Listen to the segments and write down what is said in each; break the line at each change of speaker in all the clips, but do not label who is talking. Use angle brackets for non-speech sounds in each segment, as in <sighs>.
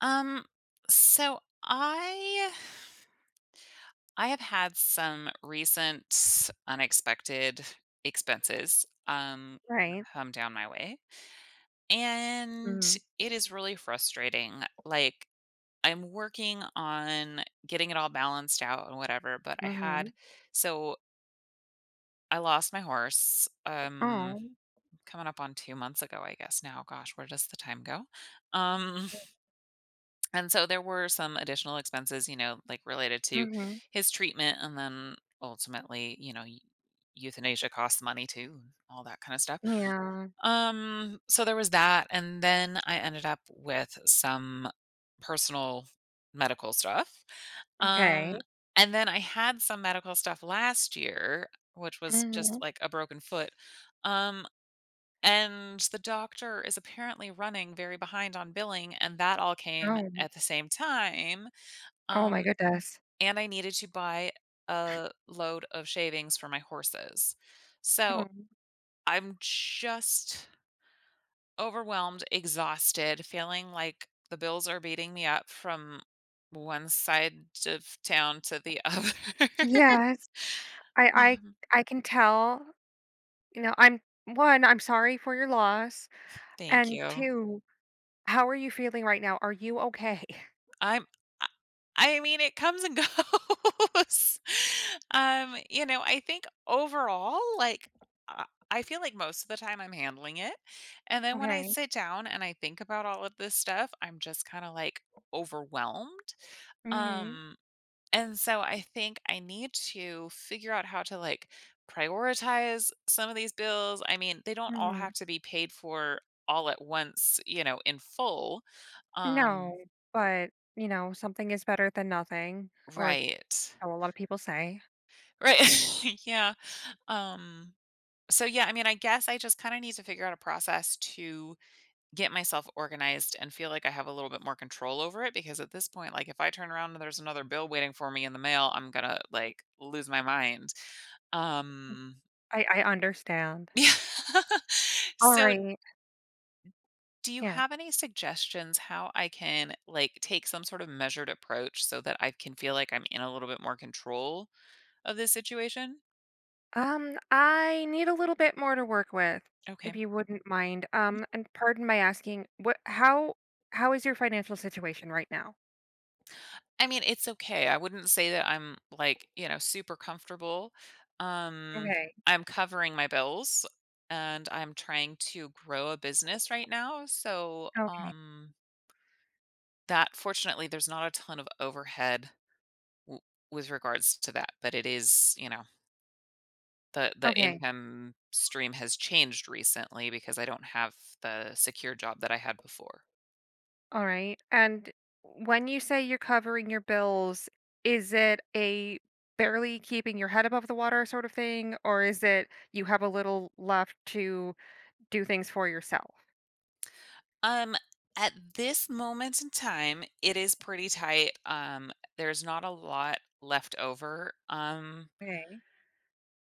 Um, so I have had some recent unexpected expenses
Right.
come down my way, and
Mhm,
it is really frustrating. Like I'm working on getting it all balanced out and whatever, but I had,
mhm.
so I lost my horse
Oh. Mm.
coming up on 2 months ago, I guess now. Gosh, where does the time go? Um And so there were some additional expenses, you know, like related to
Mhm.
his treatment and then ultimately, euthanasia costs money too, and all that kind of stuff.
Yeah.
So there was that, and then I ended up with some personal medical stuff. Um
Okay.
and then I had some medical stuff last year which
Mm.
was just
Mhm.
like a broken foot. Um and the doctor is apparently running very behind on billing, and that all came
Oh m
at the same time.
oh my
Um,
goodness.
and I needed to buy a load of shavings for my horses. So
Mm.
I'm just overwhelmed, exhausted, feeling like the bills are beating me up from one side of town to the other. <laughs>
Yes. I
Um,
I can tell, you know, I'm 1, I'm sorry for your loss,
thank
and
you.
2, how are you feeling right now? Are you okay? <laughs>
I'm I I mean, it comes and <laughs> goes. You know, I think overall, like, I I feel like most of the time I'm handling it, and then when I
Okay.
sit down and I think about all of this stuff, I'm just kinda, like, overwhelmed.
Mhm,
Um, and so I think I need to figure out how to, like, prioritize some of these bills. I mean, they don't all have
mhm.
to be paid for all at once, you know, in full. Um,
No, but, you know, something is better than nothing, or
right.
how a lot of people say.
Right. <laughs> Yeah. Um, so yeah, I mean, I guess I just kind of need to figure out a process to get myself organized and feel like I have a little bit more control over it because at this point, like if I turn around and there's another bill waiting for me in the mail, I'm going to like lose my mind. Um,
I understand.
<laughs> yeah. So
Alright.
do you
Yeah.
have any suggestions how I can like take some sort of measured approach so that I can feel like I'm in a little bit more control of this situation?
I need a little bit more to work with,
Okay.
if you wouldn't mind. And pardon my asking, what how is your financial situation right now?
I mean, it's okay. I wouldn't say that I'm like, you know, super comfortable. Um,
Okay.
I'm covering my bills and I'm trying to grow a business right now. So,
Okay.
that fortunately, there's not a ton of overhead, w- with regards to that, but it is, you know, the
Okay.
income stream has changed recently because I don't have the secure job that I had before.
All right. And when you say you're covering your bills, is it a barely keeping your head above the water sort of thing, or is it you have a little left to do things for yourself?
Um, at this moment in time, it is pretty tight. There's not a lot left over.
Okay.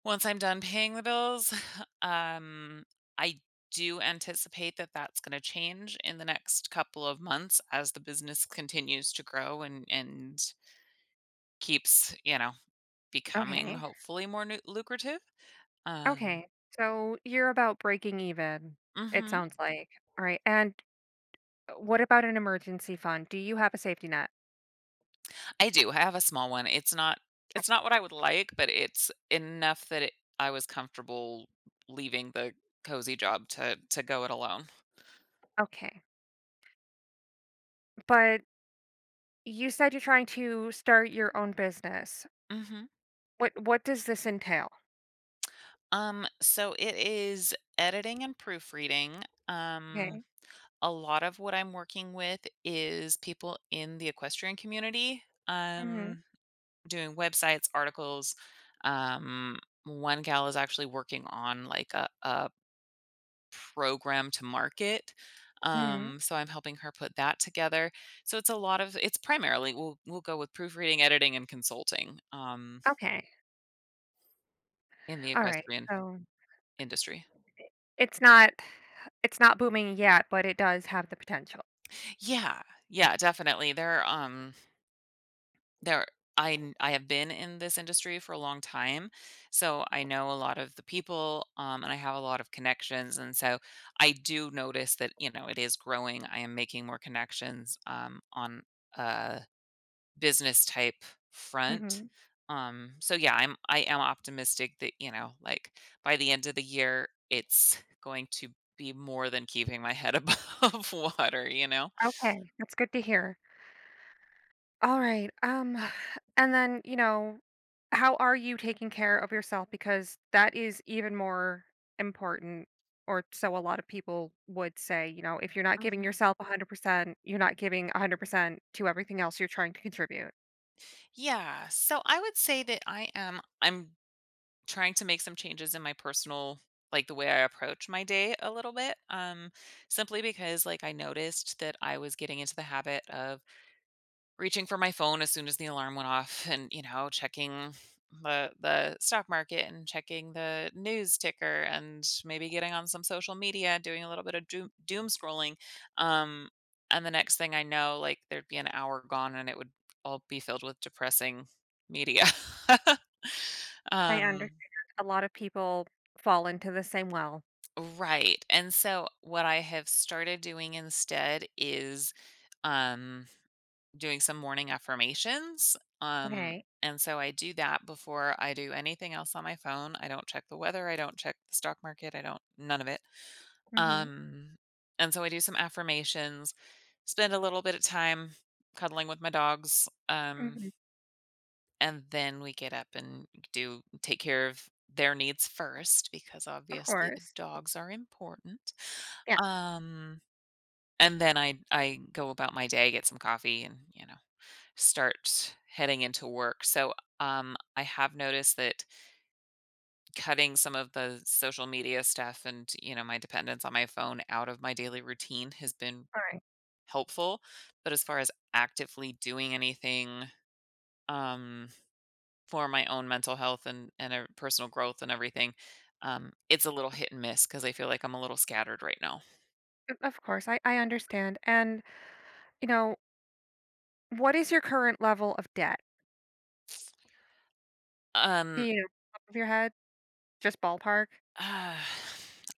Once I'm done paying the bills, <sighs> <laughs> um, I do anticipate that that's going to change in the next couple of months as the business continues to grow, and keeps, you know, becoming
Okay.
hopefully more lucrative. Um,
Okay. So you're about breaking even, it
mhm.
sounds like. All right. And what about an emergency fund? Do you have a safety net?
I do. I have a small one. It's not
I-
it's not what I would like, but it's enough that I was comfortable leaving the cozy job to go it alone.
Okay. But you said you're trying to start your own business.
Mhm.
What does this entail?
Um, so it is editing and proofreading. Um,
Okay.
a lot of what I'm working with is people in the equestrian community.
Hmm.
Um, doing websites, articles. Um, one gal is actually working on like a program to market.
Hmm.
So I'm helping her put that together. So it's a lot of, it's primarily we'll go with proofreading, editing, and consulting,
Okay.
in the
All right.
equestrian
So
industry.
it's not it's not booming yet, but it does have the potential.
Yeah, yeah, definitely. There, there. I have been in this industry for a long time, so I know a lot of the people, and I have a lot of connections, and so I do notice that you know it is growing. I am making more connections, on uh, business type front.
Hmm.
So yeah, I am optimistic that, you know, like by the end of the year, it's going to be more than keeping my head <laughs> above water, you know?
Okay. That's good to hear. All right. <sighs> And then, you know, how are you taking care of yourself? Because that is even more important, or so a lot of people would say, you know, if you're not giving
Mhm.
yourself 100%, you're not giving 100% to everything else you're trying to contribute.
Yeah. So I would say that I'm trying to make some changes in my personal, like the way I approach my day a little bit. Um, simply because like I noticed that I was getting into the habit of reaching for my phone as soon as the alarm went off and, you know, checking the stock market and checking the news ticker and maybe getting on some social media, doing a little bit of doom scrolling. Um, and the next thing I know, like there'd be an hour gone and it would all be filled with depressing media. <laughs>
I
Um,
understand. A lot of people fall into the same well.
right. And so what I have started doing instead is, um, doing some morning affirmations.
Okay.
And so I do that before I do anything else on my phone. I don't check the weather. I don't check the stock market. I don't, none of it.
Mm-hmm.
Um, and so I do some affirmations, spend a little bit of time cuddling with my dogs.
Mm-hmm.
And then we get up and do take care of their needs first because
Of
obviously the
course.
dogs are important.
Yeah.
Um, and then I go about my day, get some coffee and, you know, start heading into work. So, I have noticed that cutting some of the social media stuff and, you know, my dependence on my phone out of my daily routine has been
All right.
helpful. But as far as actively doing anything, um, for my own mental health and, and personal growth and everything, it's a little hit and miss because I feel like I'm a little scattered right now.
Of course. I understand. And, you know, what is your current level of debt? Do
Um,
you know, off the top of your head? Just ballpark?
Uh,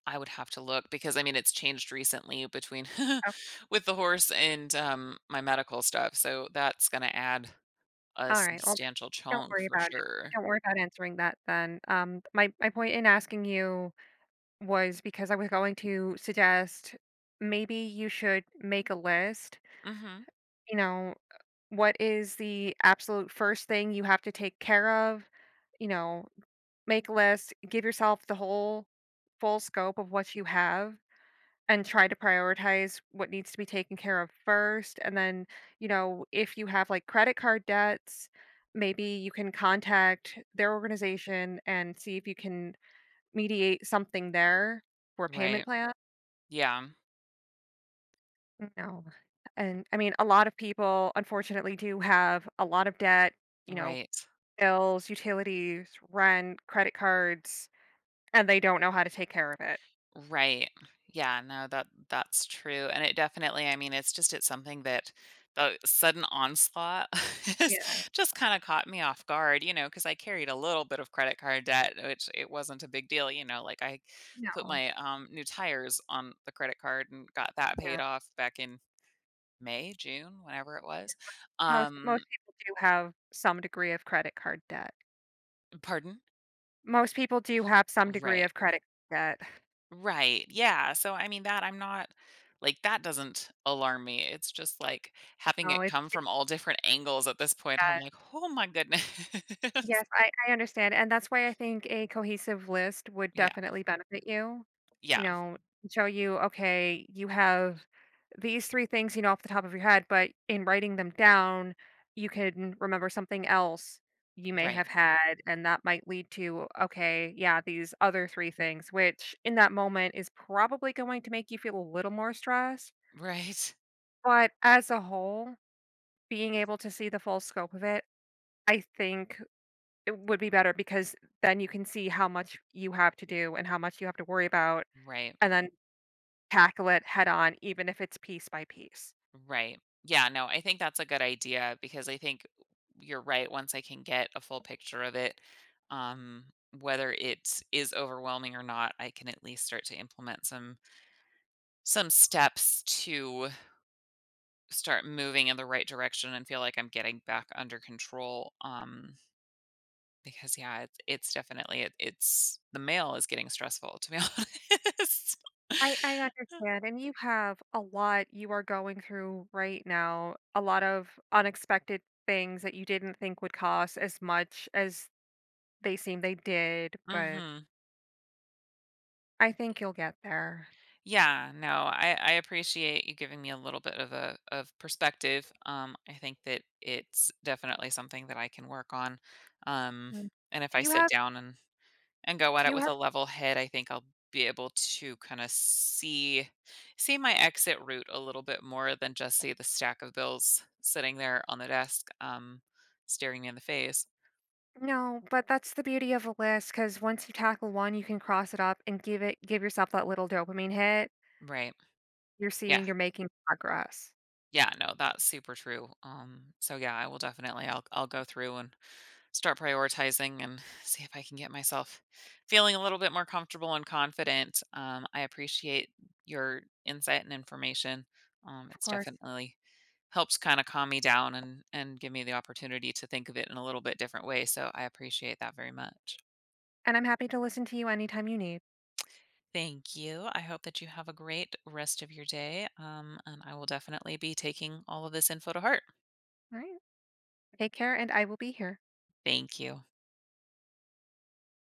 I would have to look because I mean it's changed recently between <laughs>
Oh,
with the horse and, my medical stuff, so that's gonna add a
alright, well,
substantial
don't
chunk
worry
for
about it.
sure.
Don't worry about answering that then. My point in asking you was because I was going to suggest maybe you should make a list,
Hmm.
you know, what is the absolute first thing you have to take care of? You know, make a list, give yourself the whole full scope of what you have. And try to prioritize what needs to be taken care of first, and then, you know, if you have, like, credit card debts, maybe you can contact their organization and see if you can mediate something there for a
Right.
payment plan.
Yeah.
No, and, I mean, a lot of people, unfortunately, do have a lot of debt, you know,
Right.
bills, utilities, rent, credit cards, and they don't know how to take care of it.
Right. Yeah, no, that's true. And it definitely, I mean, it's just it's something that the sudden onslaught <laughs> has
Yeah,
just kind of caught me off guard, you know, because I carried a little bit of credit card debt, which it wasn't a big deal, you know, like I put
no,
my new tires on the credit card and got that paid
yeah.
off back in May, June, whenever it was.
Most
Um,
people do have some degree of credit card debt.
pardon?
Most people do have some degree
Right.
of credit debt.
Right. Yeah. So I mean that I'm not, like that doesn't alarm me. It's just like having
Oh,
it
it's
come from all different angles at this point. I'm
bad.
like, "Oh my goodness." <laughs>
Yes, I understand, and that's why I think a cohesive list would
Yeah.
definitely benefit you. You
Yeah.
know, show you, okay, you have these 3 things you know off the top of your head, but in writing them down, you can remember something else you may
Right.
have had, and that might lead to, okay, yeah, these other 3 things, which in that moment is probably going to make you feel a little more stressed,
Right.
but as a whole being able to see the full scope of it, I think it would be better because then you can see how much you have to do and how much you have to worry about
Right.
and then tackle it head on, even if it's piece by piece.
Right. Yeah, no, I think that's a good idea because I think you're right. Once I can get a full picture of it, um, whether it is overwhelming or not, I can at least start to implement some steps to start moving in the right direction and feel like I'm getting back under control. Because yeah, it's definitely it's the mail is getting stressful to be <laughs> honest.
I understand. And you have a lot you are going through right now, a lot of unexpected things that you didn't think would cost as much as they seem they did, but
Hmm.
I think you'll get there.
Yeah, no, I appreciate you giving me a little bit of a of perspective. I think that it's definitely something that I can work on. Um,
Mm.
and if
Do
I
you
sit
have
down and go at
do
it
you
with
have
a level head, I think I'll be able to kind of see my exit route a little bit more than just see the stack of bills sitting there on the desk, staring me in the face.
No, but that's the beauty of a list because once you tackle one, you can cross it up and give it give yourself that little dopamine hit.
Right.
You're
Yeah.
seeing you're making progress.
Yeah, no, that's super true. So yeah, I will definitely I'll go through and start prioritizing and see if I can get myself feeling a little bit more comfortable and confident. I appreciate your insight and information.
Of
It's
course.
definitely helped kind of calm me down and give me the opportunity to think of it in a little bit different way. So I appreciate that very much.
And I'm happy to listen to you anytime you need.
Thank you. I hope that you have a great rest of your day. And I will definitely be taking all of this info to heart.
All right. Take care and I will be here.
Thank you.